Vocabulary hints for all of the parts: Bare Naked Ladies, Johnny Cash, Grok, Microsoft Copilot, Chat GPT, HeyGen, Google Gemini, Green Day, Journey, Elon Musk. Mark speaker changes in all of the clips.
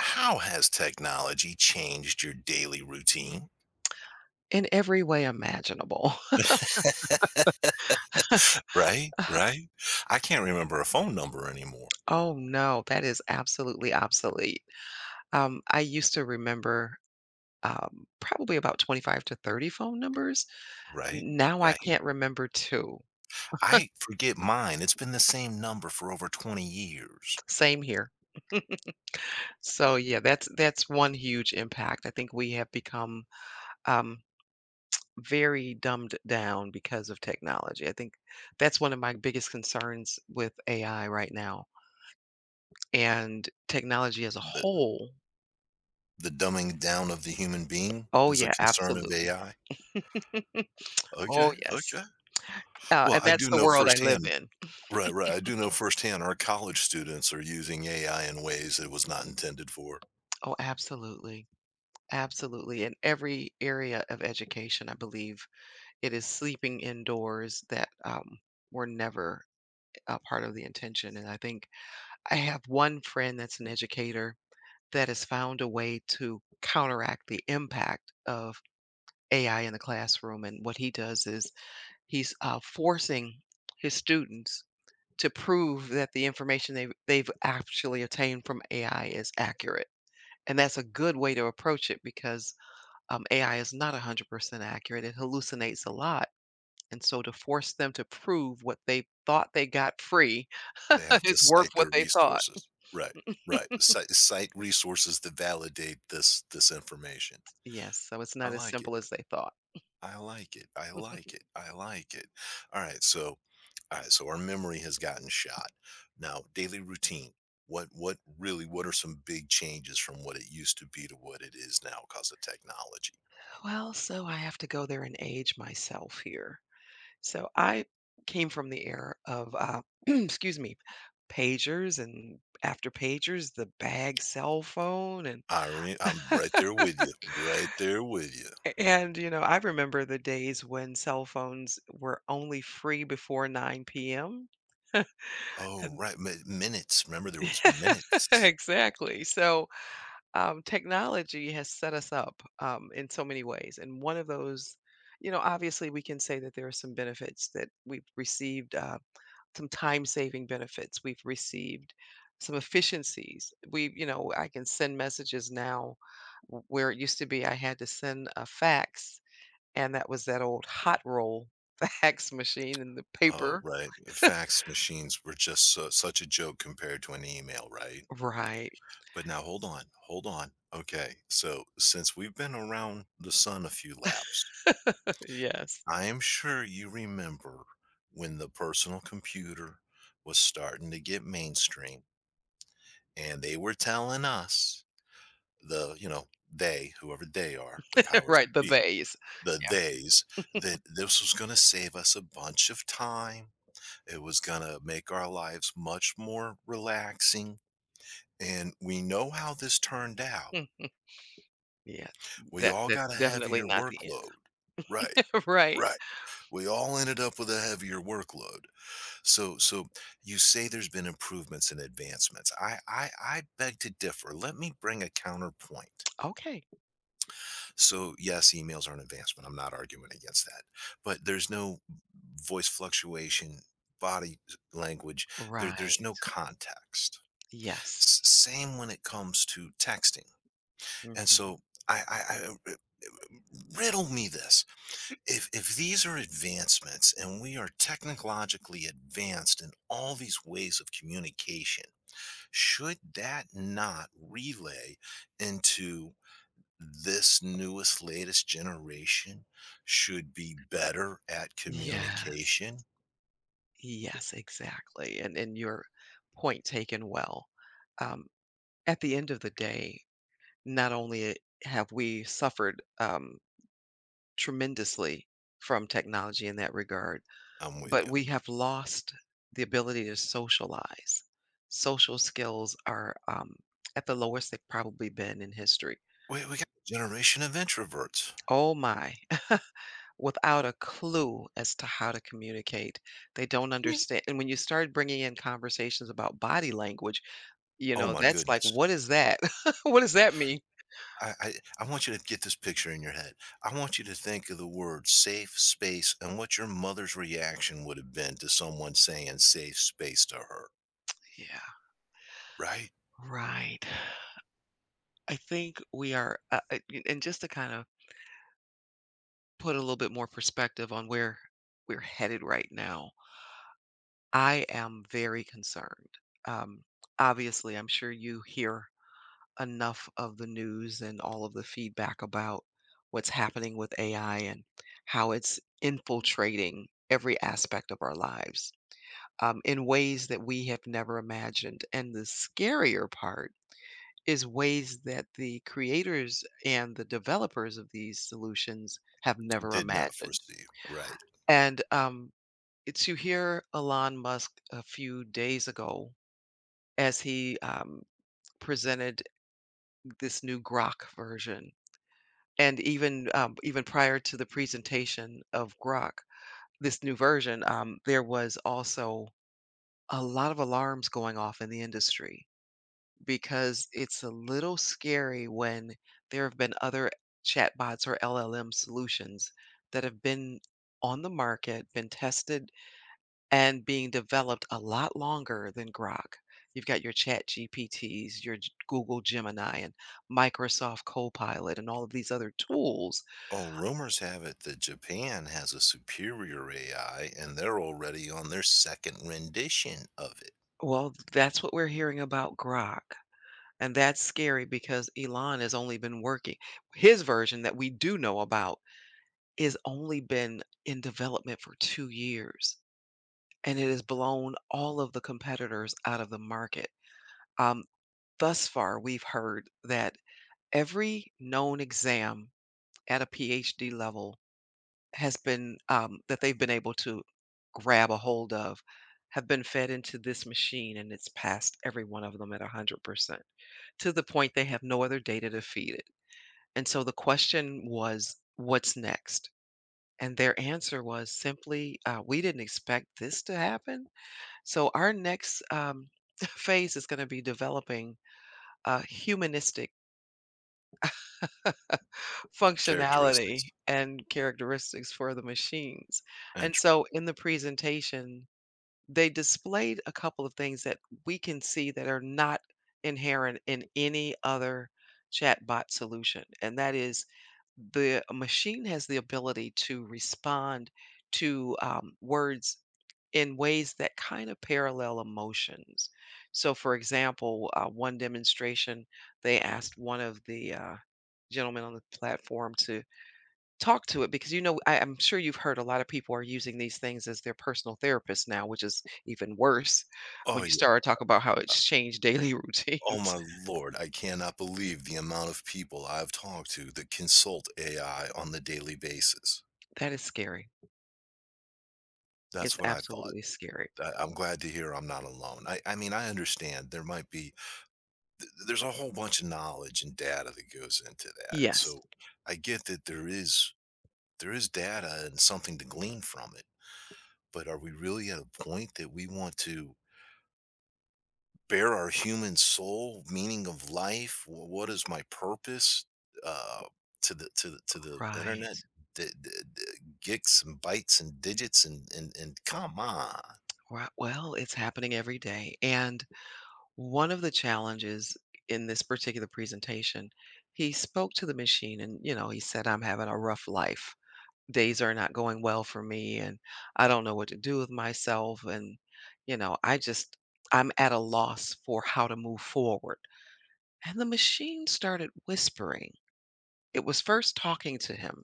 Speaker 1: How has technology changed your daily routine?
Speaker 2: In every way imaginable.
Speaker 1: Right, right? I can't remember a phone number anymore.
Speaker 2: Oh, no, that is absolutely obsolete. I used to remember, probably about 25 to 30 phone numbers.
Speaker 1: Right,
Speaker 2: Now I
Speaker 1: right?
Speaker 2: can't remember 2.
Speaker 1: I forget mine, it's been the same number for over 20 years.
Speaker 2: Same here. So, yeah, that's one huge impact. I think we have become, um, very dumbed down because of technology. I think that's one of my biggest concerns with AI right now, and technology as a
Speaker 1: The
Speaker 2: whole.
Speaker 1: the dumbing down of the human being
Speaker 2: Oh,
Speaker 1: is a
Speaker 2: yeah,
Speaker 1: concern of
Speaker 2: absolutely.
Speaker 1: AI?
Speaker 2: Oh,
Speaker 1: Okay,
Speaker 2: yes.
Speaker 1: okay. Well,
Speaker 2: And
Speaker 1: I
Speaker 2: that's
Speaker 1: do
Speaker 2: the
Speaker 1: know
Speaker 2: world I live
Speaker 1: firsthand.
Speaker 2: in.
Speaker 1: Right, I do know firsthand our college students are using AI in ways it was not intended for.
Speaker 2: Oh, absolutely. Absolutely. In every area of education, I believe it is sleeping indoors that were never a part of the intention. And I think I have one friend that's an educator that has found a way to counteract the impact of AI in the classroom. And what he does is he's forcing his students to prove that the information they've actually obtained from AI is accurate. And that's a good way to approach it because AI is not 100% accurate. It hallucinates a lot. And so to force them to prove what they thought they got free
Speaker 1: They have to
Speaker 2: is worth
Speaker 1: cite
Speaker 2: what
Speaker 1: their
Speaker 2: they thought.
Speaker 1: resources. Right, right. Cite resources that validate this information.
Speaker 2: Yes. So it's
Speaker 1: I
Speaker 2: not as
Speaker 1: like it.
Speaker 2: simple as they thought.
Speaker 1: I like it. I like it. I like it. Alright, so our memory has gotten shot. Now, daily routine. What really, what are some big changes from what it used to be to what it is now, because of technology?
Speaker 2: Well, so I have to go there and age myself here. So I came from the era of, excuse me, pagers and after pagers, the bag cell phone and
Speaker 1: I'm right there with you. Right there with you.
Speaker 2: and you know, I remember the days when cell phones were only free before 9 p.m.
Speaker 1: Oh,
Speaker 2: And-
Speaker 1: right, mi minutes. Remember there was minutes.
Speaker 2: exactly. So, technology has set us up in so many ways. And one of those, you know, obviously we can say that there are some benefits that we've received, some time saving benefits we've received, some efficiencies. We, you know, I can send messages now where it used to be I had to send a fax. And that was that old hot roll fax machine and the
Speaker 1: Oh,
Speaker 2: paper.
Speaker 1: right. Fax machines were just so such a joke compared to an email, right?
Speaker 2: Right.
Speaker 1: But now hold on, hold on. Okay, so since we've been around the sun a few laps,
Speaker 2: Yes.
Speaker 1: I am sure you remember when the personal computer was starting to get mainstream and they were telling us, the, you know, they, whoever they are, the powers
Speaker 2: Right,
Speaker 1: that
Speaker 2: the
Speaker 1: be,
Speaker 2: bays.
Speaker 1: the
Speaker 2: Yeah.
Speaker 1: theys, that this was going to save us a bunch of time. It was gonna make our lives much more relaxing, and we know how this turned out.
Speaker 2: Mhm. Yeah.
Speaker 1: We
Speaker 2: That
Speaker 1: all
Speaker 2: that's
Speaker 1: got a
Speaker 2: definitely
Speaker 1: heavier
Speaker 2: not the end.
Speaker 1: workload. Right,
Speaker 2: Right.
Speaker 1: right. We all ended up with a heavier workload. So you say there's been improvements and advancements. I beg to differ. Let me bring a counterpoint.
Speaker 2: Okay.
Speaker 1: So, yes, emails are an advancement. I'm not arguing against that. But there's no voice fluctuation, body language. There's no
Speaker 2: Right.
Speaker 1: context.
Speaker 2: Yes.
Speaker 1: Same when it comes to texting. And
Speaker 2: Mhm.
Speaker 1: so I, I, I riddle me this: if these are advancements and we are technologically advanced in all these ways of communication, should that not relay into this newest, latest generation should be better at
Speaker 2: Yes.
Speaker 1: communication?
Speaker 2: Yes, exactly, and your point taken well. Um, at the end of the day, not only have we suffered, tremendously from technology in that regard,
Speaker 1: I'm with
Speaker 2: but
Speaker 1: you.
Speaker 2: we have lost the ability to socialize. Social skills are, at the lowest they've probably been in history.
Speaker 1: We got a generation of introverts.
Speaker 2: Oh my, without a clue as to how to communicate. They don't
Speaker 1: Yeah.
Speaker 2: understand. And when you start bringing in conversations about body language, you
Speaker 1: Oh
Speaker 2: know,
Speaker 1: my
Speaker 2: that's like,
Speaker 1: goodness.
Speaker 2: what is that? What does that mean?
Speaker 1: I I want you to get this picture in your head. I want you to think of the word safe space and what your mother's reaction would have been to someone saying safe space to her,
Speaker 2: Yeah,
Speaker 1: right?
Speaker 2: right. I think we are, and just to kind of put a little bit more perspective on where we're headed right now, I am very concerned. Um, Obviously, I'm sure you hear enough of the news and all of the feedback about what's happening with AI and how it's infiltrating every aspect of our lives in ways that we have never imagined. And the scarier part is ways that the creators and the developers of these solutions have never
Speaker 1: Did not
Speaker 2: imagined.
Speaker 1: foresee, right?
Speaker 2: And it's you hear Elon Musk a few days ago as he, presented this new Grok version. And even, even prior to the presentation of Grok, this new version, there was also a lot of alarms going off in the industry because it's a little scary when there have been other chatbots or LLM solutions that have been on the market, been tested and being developed a lot longer than Grok. You've got your Chat GPTs, your Google Gemini, and Microsoft Copilot, and all of these other tools.
Speaker 1: Oh, rumors have it that Japan has a superior AI and they're already on their second rendition of it.
Speaker 2: Well, that's what we're hearing about Grok. And that's scary because Elon has only been working. His version that we do know about is only been in development for 2 years, and it has blown all of the competitors out of the market. Um, Thus far, we've heard that every known exam at a PhD level has been that they've been able to grab a hold of have been fed into this machine and it's passed every one of them at 100% to the point they have no other data to feed it. And so the question was, what's next? And their answer was simply, we didn't expect this to happen. So our next phase is going to be developing a humanistic functionality
Speaker 1: Characteristics.
Speaker 2: and characteristics for the machines. And
Speaker 1: Entry.
Speaker 2: so in the presentation, they displayed a couple of things that we can see that are not inherent in any other chatbot solution. And that is the machine has the ability to respond to words in ways that kind of parallel emotions. So, for example, one demonstration, they asked one of the gentlemen on the platform to talk to it, because you know I'm sure you've heard a lot of people are using these things as their personal therapist now, which is even worse
Speaker 1: Oh,
Speaker 2: when you
Speaker 1: yeah.
Speaker 2: start to talk about how it's changed daily
Speaker 1: Oh
Speaker 2: routines.
Speaker 1: my lord, I cannot believe the amount of people I've talked to that consult AI on the daily basis.
Speaker 2: That is scary.
Speaker 1: That's
Speaker 2: It's
Speaker 1: what I thought.
Speaker 2: absolutely scary.
Speaker 1: I'm glad to hear I'm not alone. I mean, I understand there might be, there's a whole bunch of knowledge and data that goes into that.
Speaker 2: Yes.
Speaker 1: So I get that there is data and something to glean from it. But are we really at a point that we want to bare our human soul, meaning of life? What is my purpose uh, to the to the internet?
Speaker 2: Right,
Speaker 1: D- d- d- Gigs and bytes and digits and and come on.
Speaker 2: right. Well, it's happening every day, and one of the challenges in this particular presentation, he spoke to the machine and you know he said I'm having a rough life. Days are not going well for me and I don't know what to do with myself and you know, I'm at a loss for how to move forward. And the machine started whispering. It was first talking to him,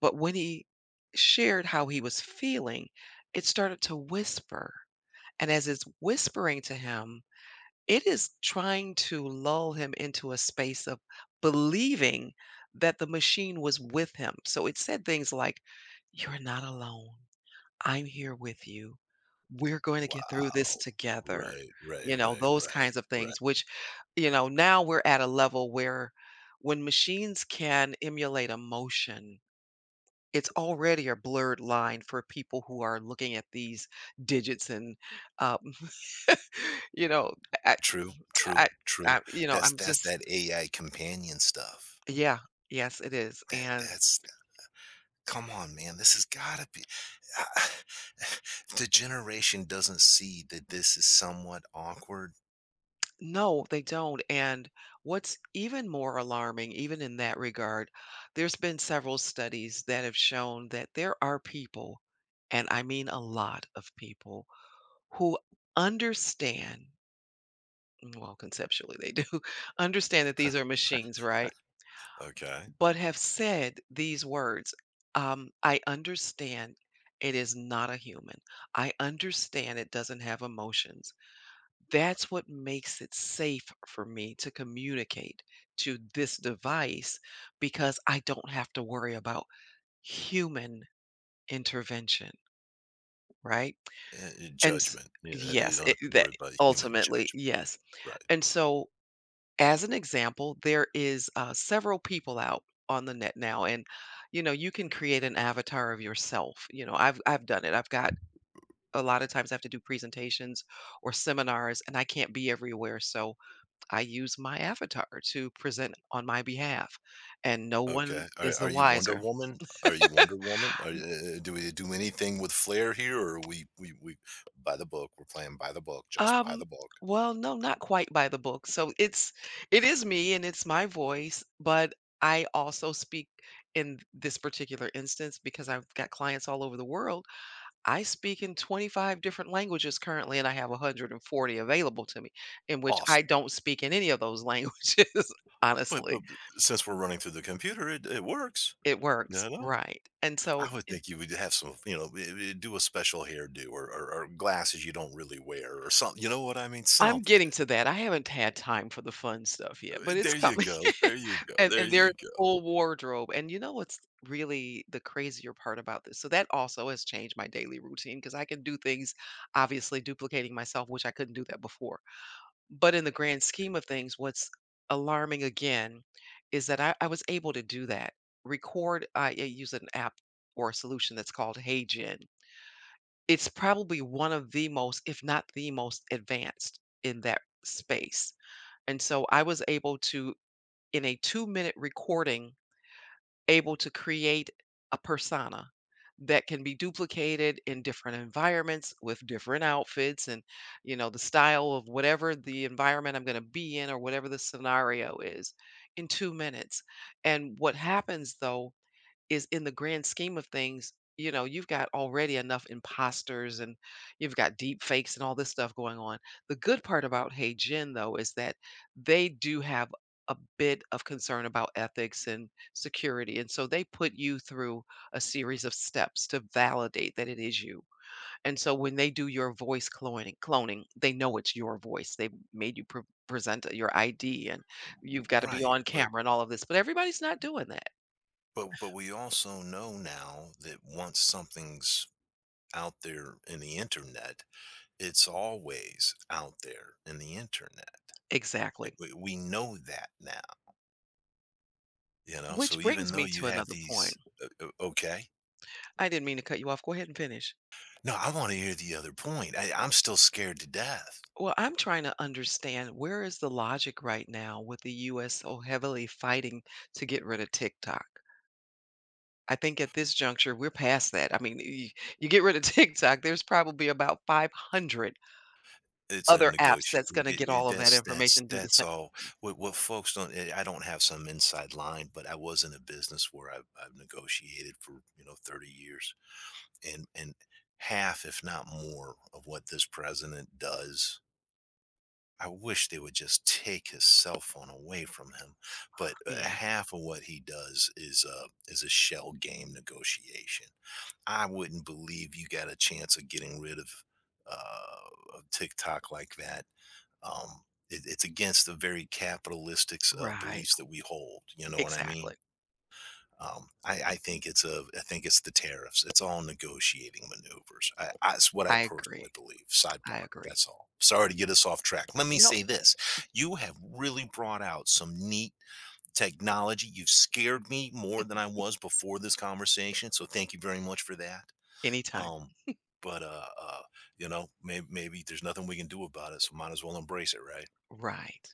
Speaker 2: but when he shared how he was feeling, it started to whisper. And as it's whispering to him, it is trying to lull him into a space of believing that the machine was with him. So it said things like, "You're not alone. I'm here with you. We're going to
Speaker 1: Wow.
Speaker 2: get through this together."
Speaker 1: Right, right,
Speaker 2: You know,
Speaker 1: right,
Speaker 2: those
Speaker 1: right,
Speaker 2: kinds of
Speaker 1: right.
Speaker 2: things, which, you know, now we're at a level where when machines can emulate emotion, it's already a blurred line for people who are looking at these digits and, um, you know, I,
Speaker 1: True, true,
Speaker 2: I,
Speaker 1: true.
Speaker 2: I, you know,
Speaker 1: That's
Speaker 2: I'm just,
Speaker 1: that AI companion stuff.
Speaker 2: yeah, yes, it is.
Speaker 1: That
Speaker 2: And
Speaker 1: that's come on, man. This has gotta be the generation doesn't see that this is somewhat awkward.
Speaker 2: no, they don't. And what's even more alarming, even in that regard, there's been several studies that have shown that there are people, and I mean a lot of people, who understand, well, conceptually they do, understand that these are machines, right?
Speaker 1: Okay.
Speaker 2: But have said these words I understand it is not a human. I understand it doesn't have emotions. That's what makes it safe for me to communicate to this device because I don't have to worry about human intervention, right? And s-
Speaker 1: Judgment. You, you
Speaker 2: yes,
Speaker 1: don't
Speaker 2: it,
Speaker 1: have to
Speaker 2: that
Speaker 1: worry about human
Speaker 2: ultimately,
Speaker 1: judgment.
Speaker 2: yes.
Speaker 1: Right.
Speaker 2: And so, as an example, there is several people out on the net now, and you know you can create an avatar of yourself. You know, I've done it. I've got a lot of times I have to do presentations or seminars, and I can't be everywhere, so I use my avatar to present on my behalf, and no one
Speaker 1: Okay.
Speaker 2: is the
Speaker 1: Are you Wonder
Speaker 2: wiser.
Speaker 1: Woman? Are you Wonder Woman? Are do we do anything with flair here, or are we by the book, we're playing by the book, just by
Speaker 2: Um,
Speaker 1: the book.
Speaker 2: well, no, not quite by the book. So it's it is me and it's my voice, but I also speak in this particular instance because I've got clients all over the world. I speak in 25 different languages currently and I have 140 available to me in which I
Speaker 1: Awesome.
Speaker 2: don't speak in any of those languages,
Speaker 1: But
Speaker 2: honestly.
Speaker 1: but since we're running through the computer, it works,
Speaker 2: It
Speaker 1: you
Speaker 2: works,
Speaker 1: know?
Speaker 2: right. And so
Speaker 1: I would think you would have some, you know, do a special hairdo or or glasses you don't really wear or something. You know what I mean?
Speaker 2: I'm
Speaker 1: Something.
Speaker 2: getting to that. I haven't had time for the fun stuff yet,
Speaker 1: Eh,
Speaker 2: but it's
Speaker 1: there you
Speaker 2: coming.
Speaker 1: go, there you go,
Speaker 2: And
Speaker 1: there
Speaker 2: and there's
Speaker 1: you
Speaker 2: a
Speaker 1: go.
Speaker 2: whole wardrobe. And you know what's really the crazier part about this? So that also has changed my daily routine because I can do things obviously duplicating myself, which I couldn't do that before. But in the grand scheme of things, what's alarming again is that I was able to do that. I use an app or a solution that's called HeyGen. It's probably one of the most, if not the most advanced in that space, and so I was able to, in a two-minute recording, able to create a persona that can be duplicated in different environments with different outfits and, you know, the style of whatever the environment I'm gonna be in or whatever the scenario is in 2 minutes. And what happens, though, is in the grand scheme of things, you know, you've got already enough imposters and you've got deep fakes and all this stuff going on. The good part about Hey Gen, though, is that they do have a bit of concern about ethics and security. And so they put you through a series of steps to validate that it is you. And so when they do your voice cloning, they know it's your voice. They made you present your ID and you've got to be
Speaker 1: Right,
Speaker 2: on camera and all of this. But everybody's not doing that.
Speaker 1: but we also know now that once something's out there in the internet, it's always out there in the internet.
Speaker 2: Exactly.
Speaker 1: We know that now, you know. So
Speaker 2: Which
Speaker 1: even
Speaker 2: brings
Speaker 1: though
Speaker 2: me
Speaker 1: you
Speaker 2: to
Speaker 1: have
Speaker 2: another
Speaker 1: these,
Speaker 2: point.
Speaker 1: okay,
Speaker 2: I didn't mean to cut you off. Go ahead and finish.
Speaker 1: no, I want to hear the other point. I'm still scared to death.
Speaker 2: Well, I'm trying to understand where is the logic right now with the US so heavily fighting to get rid of TikTok? I think at this juncture, we're past that. I mean, you get rid of TikTok, there's probably about 500
Speaker 1: It's a
Speaker 2: other apps
Speaker 1: negotiate.
Speaker 2: that's going to get all of that
Speaker 1: That's
Speaker 2: information, do the same.
Speaker 1: all. What folks don't. Eh, I don't have some inside line, but I was in a business where I've negotiated for you know 30 years, and half, if not more, of what this president does. I wish they would just take his cell phone away from him. But
Speaker 2: Yeah,
Speaker 1: half of what he does is a shell game negotiation. I wouldn't believe you got a chance of getting rid of TikTok like that. Um, it, it's against the very capitalistic
Speaker 2: right.
Speaker 1: beliefs that we hold. You know what I mean?
Speaker 2: Exactly.
Speaker 1: I think it's a, I think it's the tariffs. It's all negotiating maneuvers. It's what I
Speaker 2: I
Speaker 1: personally
Speaker 2: agree.
Speaker 1: believe.
Speaker 2: I
Speaker 1: Sidebar.
Speaker 2: agree.
Speaker 1: That's all. Sorry to get us off track. Let me
Speaker 2: No,
Speaker 1: say this: you have really brought out some neat technology. You've scared me more than I was before this conversation. So thank you very much for that.
Speaker 2: anytime.
Speaker 1: Um, but you know, maybe, maybe there's nothing we can do about it. So might as well embrace it, right?
Speaker 2: Right.